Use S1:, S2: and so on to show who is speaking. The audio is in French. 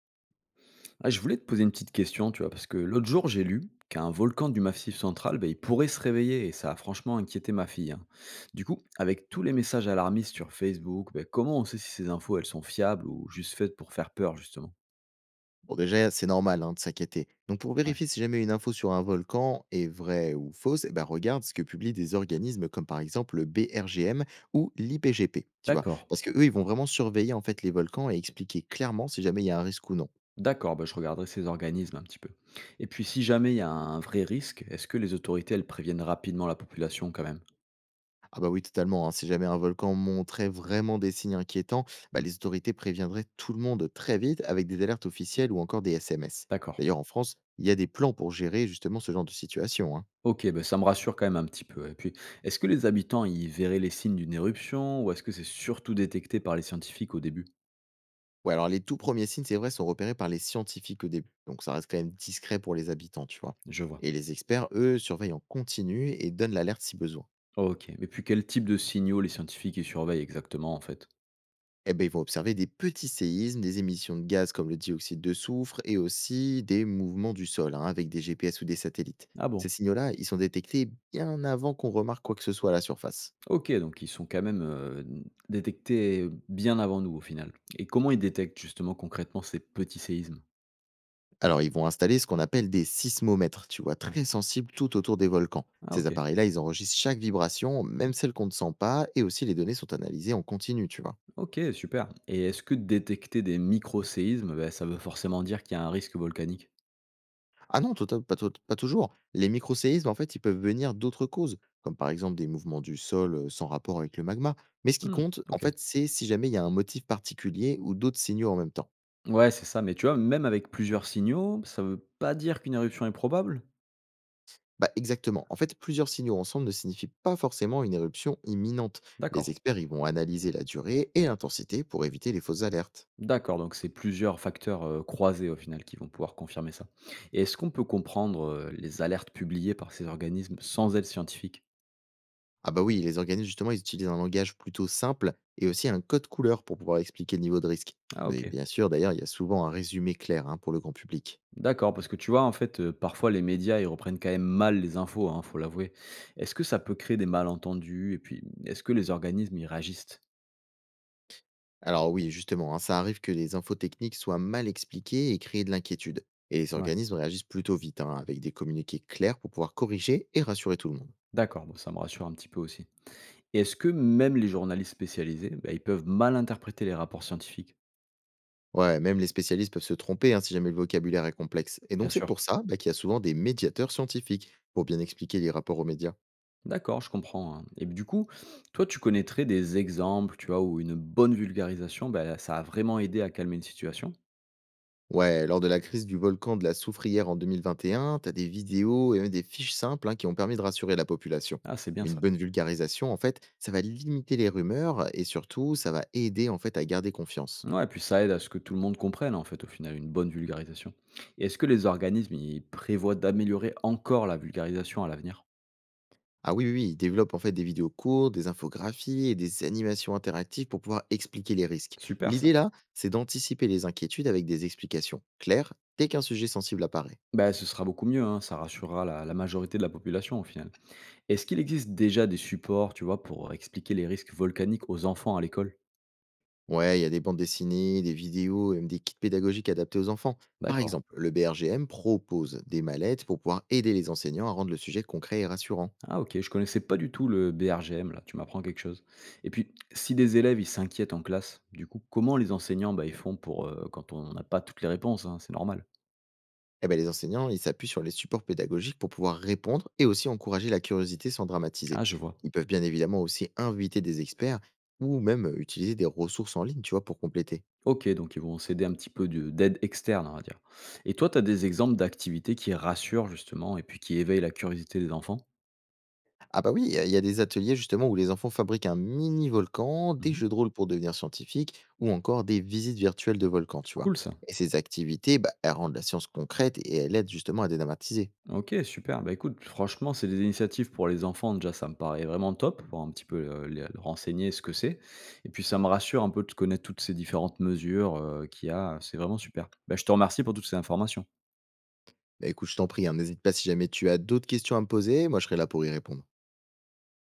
S1: Ah, je voulais te poser une petite question, tu vois, parce que l'autre jour, j'ai lu qu'un volcan du Massif central, ben, il pourrait se réveiller, et ça a franchement inquiété ma fille, hein. Du coup, avec tous les messages alarmistes sur Facebook, ben, comment on sait si ces infos, elles sont fiables ou juste faites pour faire peur, justement?
S2: Bon, déjà, c'est normal, hein, de s'inquiéter. Donc, pour
S1: Ouais.
S2: vérifier si jamais une info sur un volcan est vraie ou fausse, eh ben, regarde ce que publient des organismes comme par exemple le BRGM ou l'IPGP, tu vois.
S1: D'accord,
S2: Parce que eux, ils vont vraiment surveiller en fait les volcans et expliquer clairement si jamais il y a un risque ou non.
S1: d'accord, ben, je regarderai ces organismes un petit peu. Et puis, si jamais il y a un vrai risque, est-ce que les autorités, elles préviennent rapidement la population quand même?
S2: Ah bah oui, totalement, hein. Si jamais un volcan montrait vraiment des signes inquiétants, bah,
S1: Hmm.
S2: les autorités préviendraient tout le monde très vite avec des alertes officielles ou encore des SMS.
S1: D'accord.
S2: D'ailleurs, en France, il y a des plans pour gérer justement ce genre de situation, hein.
S1: OK, ben ça me rassure quand même un petit peu, et puis, est-ce que les habitants, y verraient les signes d'une éruption ou est-ce que c'est surtout détecté par les scientifiques au début?
S2: Ouais, alors les tout premiers signes, c'est vrai, sont repérés par les scientifiques au début, donc ça reste quand même discret pour les habitants, tu vois.
S1: Je vois.
S2: Et les experts, eux, surveillent en continu et donnent l'alerte si besoin.
S1: OK, mais puis quel type de signaux les scientifiques ils surveillent exactement en fait?
S2: Eh ben, ils vont observer des petits séismes, des émissions de gaz comme le dioxyde de soufre et aussi des mouvements du sol, hein, avec des GPS ou des satellites.
S1: Ah
S2: Ces
S1: bon?
S2: signaux-là, ils sont détectés bien avant qu'on remarque quoi que ce soit à la surface.
S1: OK, donc ils sont quand même, détectés bien avant nous au final, et comment ils détectent justement concrètement ces petits séismes?
S2: Alors, ils vont installer ce qu'on appelle des sismomètres, tu vois, très sensibles tout autour des volcans.
S1: Ah
S2: Ces
S1: OK.
S2: appareils-là, ils enregistrent chaque vibration, même
S1: Mmh.
S2: celle qu'on ne sent pas, et aussi les données sont analysées en continu, tu vois.
S1: OK, super, et est-ce que détecter des micro-séismes, bah, ça veut forcément dire qu'il y a un risque volcanique?
S2: Ah non, pas toujours. Les microséismes, en fait, ils peuvent venir d'autres causes, comme par exemple des mouvements du sol sans rapport avec le magma. Mais ce qui
S1: Mmh.
S2: compte, en
S1: OK.
S2: fait, c'est si jamais il y a un motif particulier ou d'autres signaux en même temps.
S1: Ouais, c'est ça, mais tu vois, même avec plusieurs signaux, ça ne veut pas dire qu'une éruption est probable?
S2: Bah exactement. En fait, plusieurs signaux ensemble ne signifient pas forcément une éruption imminente.
S1: D'accord.
S2: Les experts, ils vont analyser la durée et l'intensité pour éviter les fausses alertes.
S1: D'accord, donc c'est plusieurs facteurs, croisés au final qui vont pouvoir confirmer ça. Et est-ce qu'on peut comprendre, les alertes publiées par ces organismes sans aide scientifique?
S2: Ah bah oui, les organismes, justement, ils utilisent un langage plutôt simple et aussi un code couleur pour pouvoir expliquer le niveau de risque.
S1: Ah
S2: Et
S1: OK.
S2: bien sûr, d'ailleurs, il y a souvent un résumé clair, hein, pour le grand public.
S1: D'accord, parce que tu vois, en fait, parfois les médias, ils reprennent quand même mal les infos, hein, faut l'avouer. Est-ce que ça peut créer des malentendus? Et puis, est-ce que les organismes, ils réagissent?
S2: Alors oui, justement, hein, ça arrive que les infos techniques soient mal expliquées et créent de l'inquiétude. Et les
S1: Ouais.
S2: organismes réagissent plutôt vite, hein, avec des communiqués clairs pour pouvoir corriger et rassurer tout le monde.
S1: D'accord, bon ça me rassure un petit peu aussi. Et est-ce que même les journalistes spécialisés, bah, ils peuvent mal interpréter les rapports scientifiques?
S2: Ouais, même les spécialistes peuvent se tromper, hein, si jamais le vocabulaire est complexe. Et donc
S1: Bien
S2: c'est
S1: sûr.
S2: pour ça, bah, qu'il y a souvent des médiateurs scientifiques pour bien expliquer les rapports aux médias.
S1: D'accord, je comprends, hein. Et du coup, toi, tu connaîtrais des exemples, tu vois, où une bonne vulgarisation, bah, ça a vraiment aidé à calmer une situation?
S2: Ouais, lors de la crise du volcan de la Soufrière en 2021, t'as des vidéos et même des fiches simples, hein, qui ont permis de rassurer la population.
S1: Ah, c'est bien
S2: Une
S1: ça.
S2: bonne vulgarisation, en fait, ça va limiter les rumeurs et surtout, ça va aider en fait à garder confiance.
S1: Ouais, puis ça aide à ce que tout le monde comprenne, en fait, au final, une bonne vulgarisation. Et est-ce que les organismes, ils prévoient d'améliorer encore la vulgarisation à l'avenir?
S2: Ah oui, oui, oui, ils développent en fait des vidéos courtes, des infographies et des animations interactives pour pouvoir expliquer les risques.
S1: Super ça.
S2: L'idée là, c'est d'anticiper les inquiétudes avec des explications claires dès qu'un sujet sensible apparaît.
S1: Bah, ce sera beaucoup mieux, hein, ça rassurera la majorité de la population, au final. Est-ce qu'il existe déjà des supports, tu vois, pour expliquer les risques volcaniques aux enfants à l'école?
S2: Ouais, il y a des bandes dessinées, des vidéos et même des kits pédagogiques adaptés aux enfants. Par
S1: D'accord.
S2: exemple, le BRGM propose des mallettes pour pouvoir aider les enseignants à rendre le sujet concret et rassurant.
S1: Ah ok, je connaissais pas du tout le BRGM, là, tu m'apprends quelque chose. Et puis, si des élèves, ils s'inquiètent en classe, du coup, comment les enseignants, bah, ils font pour, quand on n'a pas toutes les réponses, hein, c'est normal.
S2: Eh ben, les enseignants, ils s'appuient sur les supports pédagogiques pour pouvoir répondre et aussi encourager la curiosité sans dramatiser.
S1: Ah, je vois.
S2: Ils peuvent bien évidemment aussi inviter des experts ou même utiliser des ressources en ligne, tu vois, pour compléter.
S1: Ok, donc ils vont s'aider un petit peu d'aide externe, on va dire. Et toi, tu as des exemples d'activités qui rassurent, justement, et puis qui éveillent la curiosité des enfants?
S2: Ah bah oui, il y a des ateliers justement où les enfants fabriquent un mini volcan, des
S1: Mhm.
S2: jeux de rôle pour devenir scientifique ou encore des visites virtuelles de volcans, tu vois.
S1: Cool ça.
S2: Et ces activités, bah, elles rendent la science concrète et elles aident justement à dédramatiser.
S1: OK, super. Bah, écoute, franchement, c'est des initiatives pour les enfants, déjà, ça me paraît vraiment top pour un petit peu, les leur renseigner ce que c'est, et puis ça me rassure un peu de connaître toutes ces différentes mesures, qu'il y a, c'est vraiment super. Bah, je te remercie pour toutes ces informations.
S2: Bah écoute, je t'en prie, hein, n'hésite pas si jamais tu as d'autres questions à me poser, moi je serai là pour y répondre.